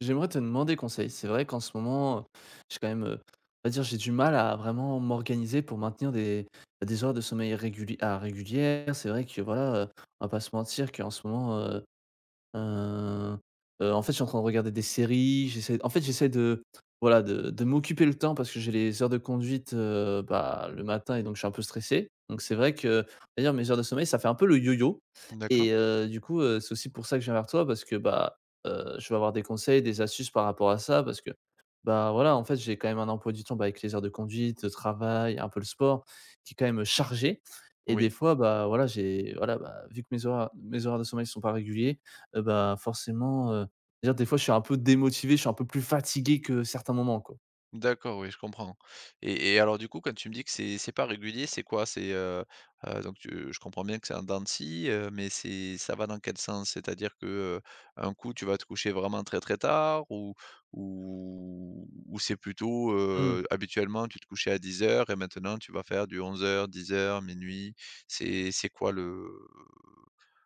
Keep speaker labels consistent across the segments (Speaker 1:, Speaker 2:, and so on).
Speaker 1: J'aimerais te demander conseil. C'est vrai qu'en ce moment, j'ai quand même, on va dire, j'ai du mal à vraiment m'organiser pour maintenir des heures de sommeil régulières. C'est vrai que voilà, on va pas se mentir qu'en ce moment, Heu en fait, je suis en train de regarder des séries, j'essaie de voilà, de m'occuper le temps parce que j'ai les heures de conduite, bah, le matin et donc je suis un peu stressé. Donc c'est vrai que d'ailleurs mes heures de sommeil, ça fait un peu le yo-yo
Speaker 2: D'accord,
Speaker 1: et du coup, c'est aussi pour ça que je viens vers toi parce que, bah, je veux avoir des conseils, des astuces par rapport à ça parce que, bah, voilà, en fait, j'ai quand même un emploi du temps, bah, avec les heures de conduite, le travail, un peu le sport qui est quand même chargé et des
Speaker 2: oui.
Speaker 1: fois, bah, voilà, bah, vu que mes horaires de sommeil sont pas réguliers, bah, forcément, dire des fois je suis un peu démotivé, je suis un peu plus fatigué que certains moments, quoi.
Speaker 2: D'accord, oui, je comprends. Et alors du coup, quand tu me dis que c'est pas régulier, c'est quoi? Donc tu je comprends bien que c'est un dents de scie, mais c'est ça va dans quel sens? C'est-à-dire que, un coup, tu vas te coucher vraiment très, très tard ou ou c'est plutôt,
Speaker 1: Mmh.
Speaker 2: habituellement, tu te couchais à 10 heures et maintenant tu vas faire du 11 heures 10 heures minuit. C'est quoi le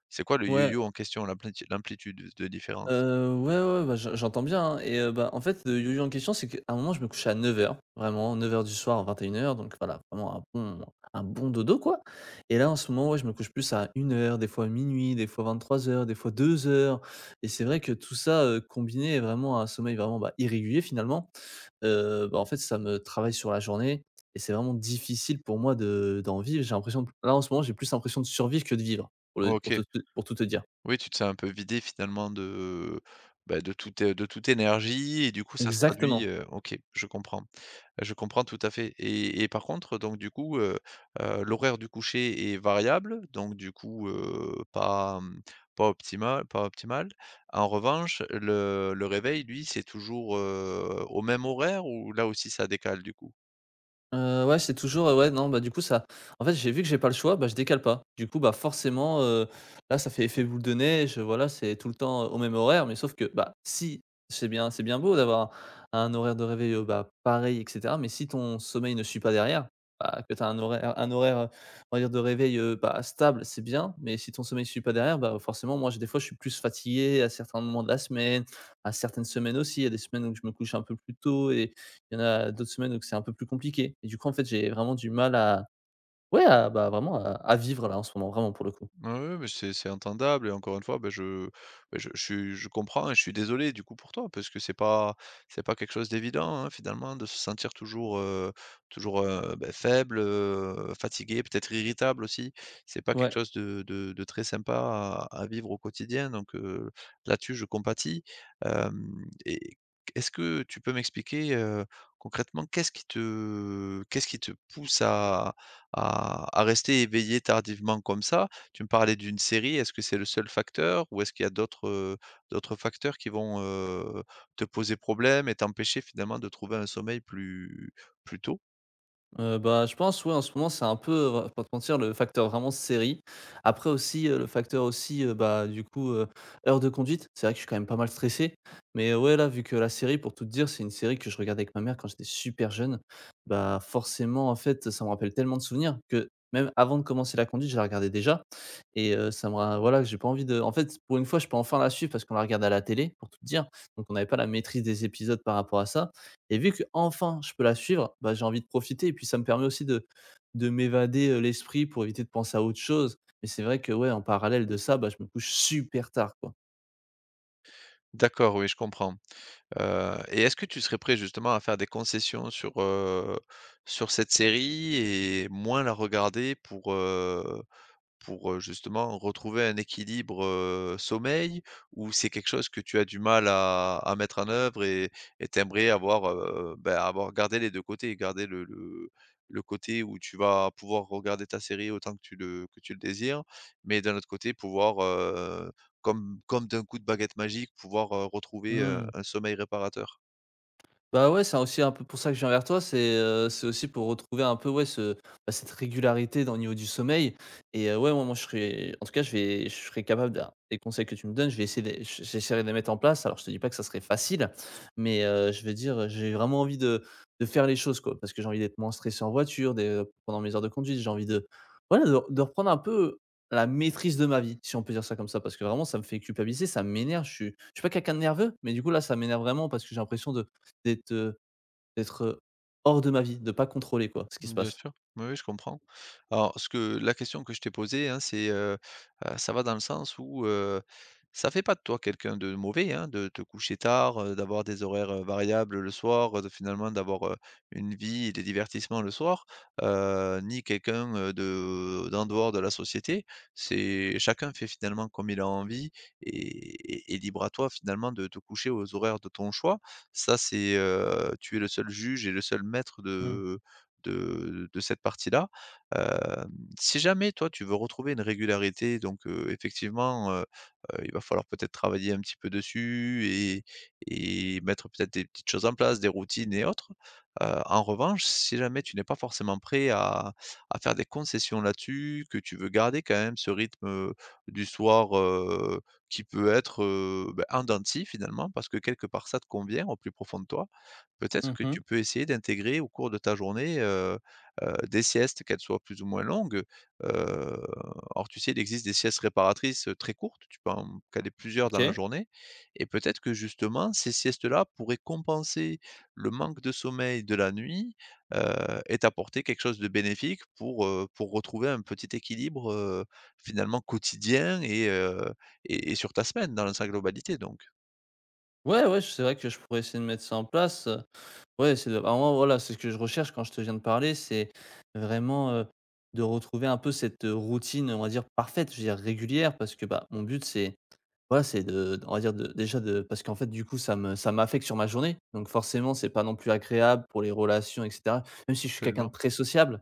Speaker 2: c'est quoi le
Speaker 1: Ouais.
Speaker 2: yo-yo en question, l'amplitude de différence?
Speaker 1: Ouais, bah, je j'entends bien, hein, et bah, en fait, le yo-yo en question, c'est qu'à un moment, je me couchais à neuf heures, vraiment neuf heures du soir, vingt et une heures. Donc voilà, vraiment un bon dodo, quoi, et là, en ce moment, ouais, je me couche plus à une heure, des fois minuit, des fois vingt-trois heures, des fois deux heures. Et c'est vrai que tout ça, combiné vraiment à un sommeil vraiment, bah, irrégulier, finalement, bah, en fait, ça me travaille sur la journée et c'est vraiment difficile pour moi de d'en vivre. J'ai l'impression de là, en ce moment, j'ai plus l'impression de survivre que de vivre,
Speaker 2: OK.
Speaker 1: pour tout te dire.
Speaker 2: Oui, tu te sens un peu vidé finalement de, bah, de toute énergie et du coup ça se traduit,
Speaker 1: Exactement.
Speaker 2: OK, je comprends. Je comprends tout à fait. Et par contre donc du coup, l'horaire du coucher est variable, donc du coup, pas, mmh, pas optimal, pas optimal. En revanche, le réveil lui, c'est toujours, au même horaire ou là aussi ça décale du coup?
Speaker 1: Ouais, c'est toujours, ouais, non, bah, du coup, ça en fait, j'ai vu que j'ai pas le choix, bah, je décale pas. Du coup, bah, forcément, là, ça fait effet boule de neige, voilà, c'est tout le temps, au même horaire, mais sauf que, bah, si c'est bien beau d'avoir un horaire de réveil, bah, pareil et cetera, mais si ton sommeil ne suit pas derrière, bah, que tu as un horaire, on va dire de réveil, bah, stable, c'est bien, mais si ton sommeil ne suit pas derrière, bah, forcément, moi, j'ai des fois, je suis plus fatigué à certains moments de la semaine, à certaines semaines aussi. Il y a des semaines où je me couche un peu plus tôt et il y en a d'autres semaines où c'est un peu plus compliqué. Et du coup, en fait, j'ai vraiment du mal à ouais, à bah, vraiment à vivre là, en ce moment, vraiment pour le coup.
Speaker 2: Ouais, ouais, mais c'est entendable et encore une fois, ben je bah, je suis je comprends et je suis désolé du coup pour toi parce que c'est pas quelque chose d'évident, hein, finalement de se sentir toujours, toujours, bah, faible, fatigué, peut-être irritable aussi. C'est pas quelque
Speaker 1: Ouais.
Speaker 2: chose de très sympa à vivre au quotidien donc là-dessus je compatis. Hem et est-ce que tu peux m'expliquer, concrètement qu'est-ce qui te pousse à rester éveillé tardivement comme ça? Tu me parlais d'une série, est-ce que c'est le seul facteur ou est-ce qu'il y a d'autres, d'autres facteurs qui vont, te poser problème et t'empêcher finalement de trouver un sommeil plus tôt?
Speaker 1: Bah, je pense oui, en ce moment, c'est un peu, on pas te mentir, le facteur vraiment série. Après aussi, le facteur aussi, bah, du coup, heures de conduite. C'est vrai que je suis quand même pas mal stressé, mais ouais, là, vu que la série, pour tout te dire, c'est une série que je regardais avec ma mère quand j'étais super jeune. Bah, forcément, en fait, ça me rappelle tellement de souvenirs que même avant de commencer la conduite, je la regardais déjà et ça me ra voilà, j'ai pas envie de en fait, pour une fois, je peux enfin la suivre parce qu'on la regarde à la télé, pour tout te dire, donc on n'avait pas la maîtrise des épisodes par rapport à ça et vu que enfin je peux la suivre, bah, j'ai envie de profiter et puis ça me permet aussi de m'évader, l'esprit pour éviter de penser à autre chose. Mais c'est vrai que ouais, en parallèle de ça, bah, je me couche super tard, quoi.
Speaker 2: D'accord, oui, je comprends, et est-ce que tu serais prêt justement à faire des concessions sur, sur cette série et moins la regarder pour, pour, justement retrouver un équilibre, sommeil ou c'est quelque chose que tu as du mal à mettre en œuvre et tu avoir, ben, avoir gardé les 2 côtés, garder le côté où tu vas pouvoir regarder ta série autant que tu le désires, mais d'un autre côté pouvoir, comme d'un coup de baguette magique, pouvoir, retrouver,
Speaker 1: Mmh.
Speaker 2: un sommeil réparateur?
Speaker 1: Bah, ouais, c'est aussi un peu pour ça que je viens vers toi, c'est aussi pour retrouver un peu, ouais, cette régularité dans le niveau du sommeil et ouais, moi je serais en tout cas, je serais capable d'un des conseils que tu me donnes, je vais essayer de j'essaierai de les mettre en place. Alors je te dis pas que ça serait facile, mais je veux dire, j'ai vraiment envie de faire les choses, quoi, parce que j'ai envie d'être moins stressé en voiture, des pendant mes heures de conduite, j'ai envie de voilà, de reprendre un peu la maîtrise de ma vie, si on peut dire ça comme ça, parce que vraiment ça me fait culpabiliser, ça m'énerve, je suis pas quelqu'un de nerveux, mais du coup là, ça m'énerve vraiment parce que j'ai l'impression de D'être, heu d'être, hors de ma vie, de pas contrôler quoi, ce qui se
Speaker 2: Mmh, bien
Speaker 1: passe.
Speaker 2: sûr. Oui, oui, je comprends. Alors ce que la question que je t'ai posée, hein, ça va dans le sens où, ça fait pas de toi quelqu'un de mauvais, hein, de te coucher tard, d'avoir des horaires, variables le soir, de finalement d'avoir, une vie et des divertissements le soir, ni quelqu'un, de d'en dehors de la société. C'est chacun fait finalement comme il a envie et libre à toi finalement de te coucher aux horaires de ton choix. Ça, c'est, tu es le seul juge et le seul maître
Speaker 1: Mmh.
Speaker 2: de cette partie-là. Hem, si jamais toi, tu veux retrouver une régularité donc effectivement, il va falloir peut-être travailler un petit peu dessus et mettre peut-être des petites choses en place, des routines et autres. En revanche, si jamais tu n'es pas forcément prêt à faire des concessions là-dessus, que tu veux garder quand même ce rythme, du soir, qui peut être, bah, en dents de scie finalement, parce que quelque part ça te convient au plus profond de toi. Peut-être que
Speaker 1: Mmh.
Speaker 2: tu peux essayer d'intégrer au cours de ta journée, des siestes, qu'elles soient plus ou moins longues. Heu, or tu sais, il existe des siestes réparatrices, très courtes, tu peux en caler plusieurs dans la
Speaker 1: OK.
Speaker 2: journée et peut-être que justement ces siestes-là pourraient compenser le manque de sommeil de la nuit, heu et t'apporter quelque chose de bénéfique pour retrouver un petit équilibre, finalement quotidien et et sur ta semaine dans sa globalité donc.
Speaker 1: Ouais, ouais, c'est vrai que je pourrais essayer de mettre ça en place. Ouais, c'est moi, voilà, c'est ce que je recherche quand je te viens de parler, c'est vraiment, de retrouver un peu cette, routine, on va dire parfaite, je veux dire régulière parce que, bah, mon but c'est voilà, c'est de on va dire de déjà de parce qu'en fait, du coup, ça m'affecte sur ma journée, donc forcément, c'est pas non plus agréable pour les relations et cetera. Même si je suis quelqu'un de
Speaker 2: Absolument.
Speaker 1: très sociable,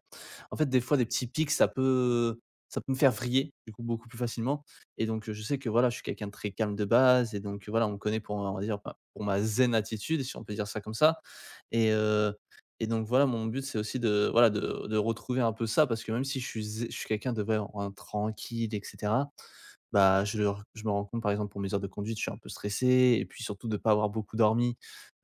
Speaker 1: en fait, des fois, des petits pics, ça peut me faire vriller, du coup, beaucoup plus facilement. Et donc je sais que, voilà, je suis quelqu'un de très calme de base et donc voilà, on me connaît pour, on va dire, bah, pour ma zen attitude, si on peut dire ça comme ça. Et et donc voilà, mon but, c'est aussi de voilà, de retrouver un peu ça parce que même si je suis zé je suis quelqu'un de vraiment tranquille etc. Bah, je me rends compte, par exemple, pour mes heures de conduite, je suis un peu stressé et puis surtout de ne pas avoir beaucoup dormi,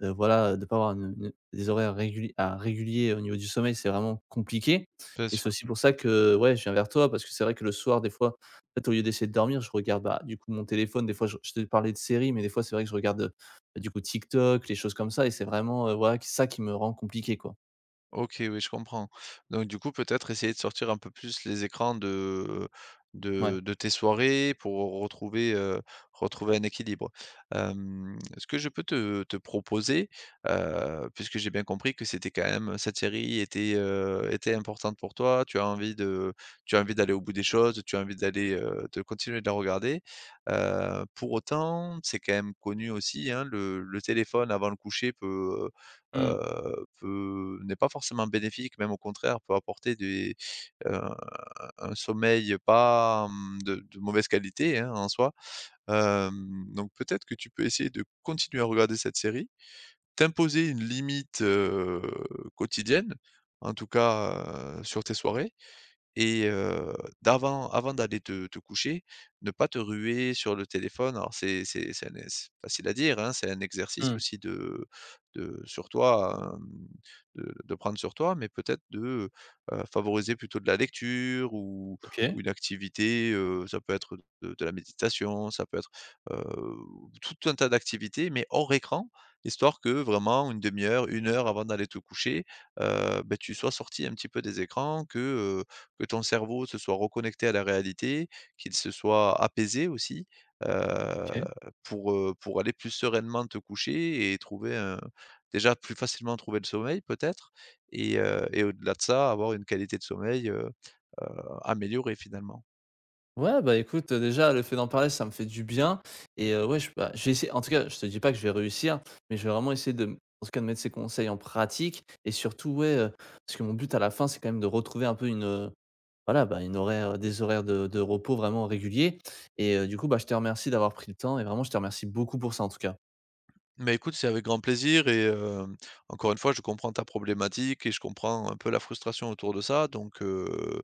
Speaker 1: voilà, de ne pas avoir une des horaires réguliers au niveau du sommeil, c'est vraiment compliqué
Speaker 2: Bien
Speaker 1: et c'est
Speaker 2: sûr.
Speaker 1: aussi pour ça que, ouais, je viens vers toi parce que c'est vrai que le soir, des fois, en fait, au lieu d'essayer de dormir, je regarde, bah, du coup, mon téléphone. Des fois, je te parlais de séries, mais des fois, c'est vrai que je regarde, du coup, TikTok, les choses comme ça et c'est vraiment, voilà, ça qui me rend compliqué, quoi.
Speaker 2: OK, oui, je comprends. Donc du coup, peut-être essayer de sortir un peu plus les écrans
Speaker 1: Ouais.
Speaker 2: de tes soirées pour retrouver, retrouver un équilibre. Hem, ce que je peux te proposer, puisque j'ai bien compris que c'était quand même cette série était, était importante pour toi, tu as envie d'aller au bout des choses, tu as envie d'aller, de continuer de la regarder. Pour autant, c'est quand même connu aussi, hein, le téléphone avant le coucher peut, heu
Speaker 1: Mmh.
Speaker 2: peut n'est pas forcément bénéfique, même au contraire, peut apporter des heu, un sommeil pas, mmh, de mauvaise qualité, hein, en soi. Hem, donc peut-être que tu peux essayer de continuer à regarder cette série, t'imposer une limite, quotidienne, en tout cas, sur tes soirées et d'avant avant d'aller te coucher, ne pas te ruer sur le téléphone. Alors c'est facile à dire, hein, c'est un exercice
Speaker 1: Mmh.
Speaker 2: aussi de sur toi, hem, de prendre sur toi, mais peut-être de, favoriser plutôt de la lecture ou
Speaker 1: OK.
Speaker 2: une activité, ça peut être de la méditation, ça peut être, heu, tout un tas d'activités, mais hors écran, histoire que vraiment une demi heure, une heure avant d'aller te coucher, beh, tu sois sorti un petit peu des écrans, que ton cerveau se soit reconnecté à la réalité, qu'il se soit apaisé aussi, heu,
Speaker 1: OK.
Speaker 2: pour aller plus sereinement te coucher et trouver un déjà plus facilement trouver le sommeil peut-être et au-delà de ça, avoir une qualité de sommeil, heu, améliorée finalement.
Speaker 1: Ouais, bah, écoute, déjà le fait d'en parler, ça me fait du bien et ouais, je bah, je vais essayer en tout cas, je te dis pas que je vais réussir, mais je vais vraiment essayer de, mmh, en tout cas de mettre ces conseils en pratique, et surtout, ouais, parce que mon but à la fin, c'est quand même de retrouver un peu voilà, bah, des horaires de repos vraiment réguliers et du coup, bah, je te remercie d'avoir pris le temps et vraiment je te remercie beaucoup pour ça, en tout cas.
Speaker 2: Mais écoute, c'est avec grand plaisir et hem, encore une fois, je comprends ta problématique et je comprends un peu la frustration autour de ça donc heu.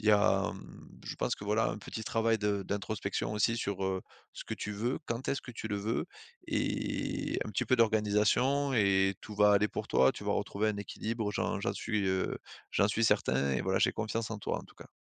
Speaker 2: Il y a, hem, je pense que voilà, un petit travail de d'introspection aussi sur, ce que tu veux, quand est-ce que tu le veux et un petit peu d'organisation et tout va aller pour toi. Tu vas retrouver un équilibre, j'en suis, j'en suis certain et voilà, j'ai confiance en toi, en tout cas.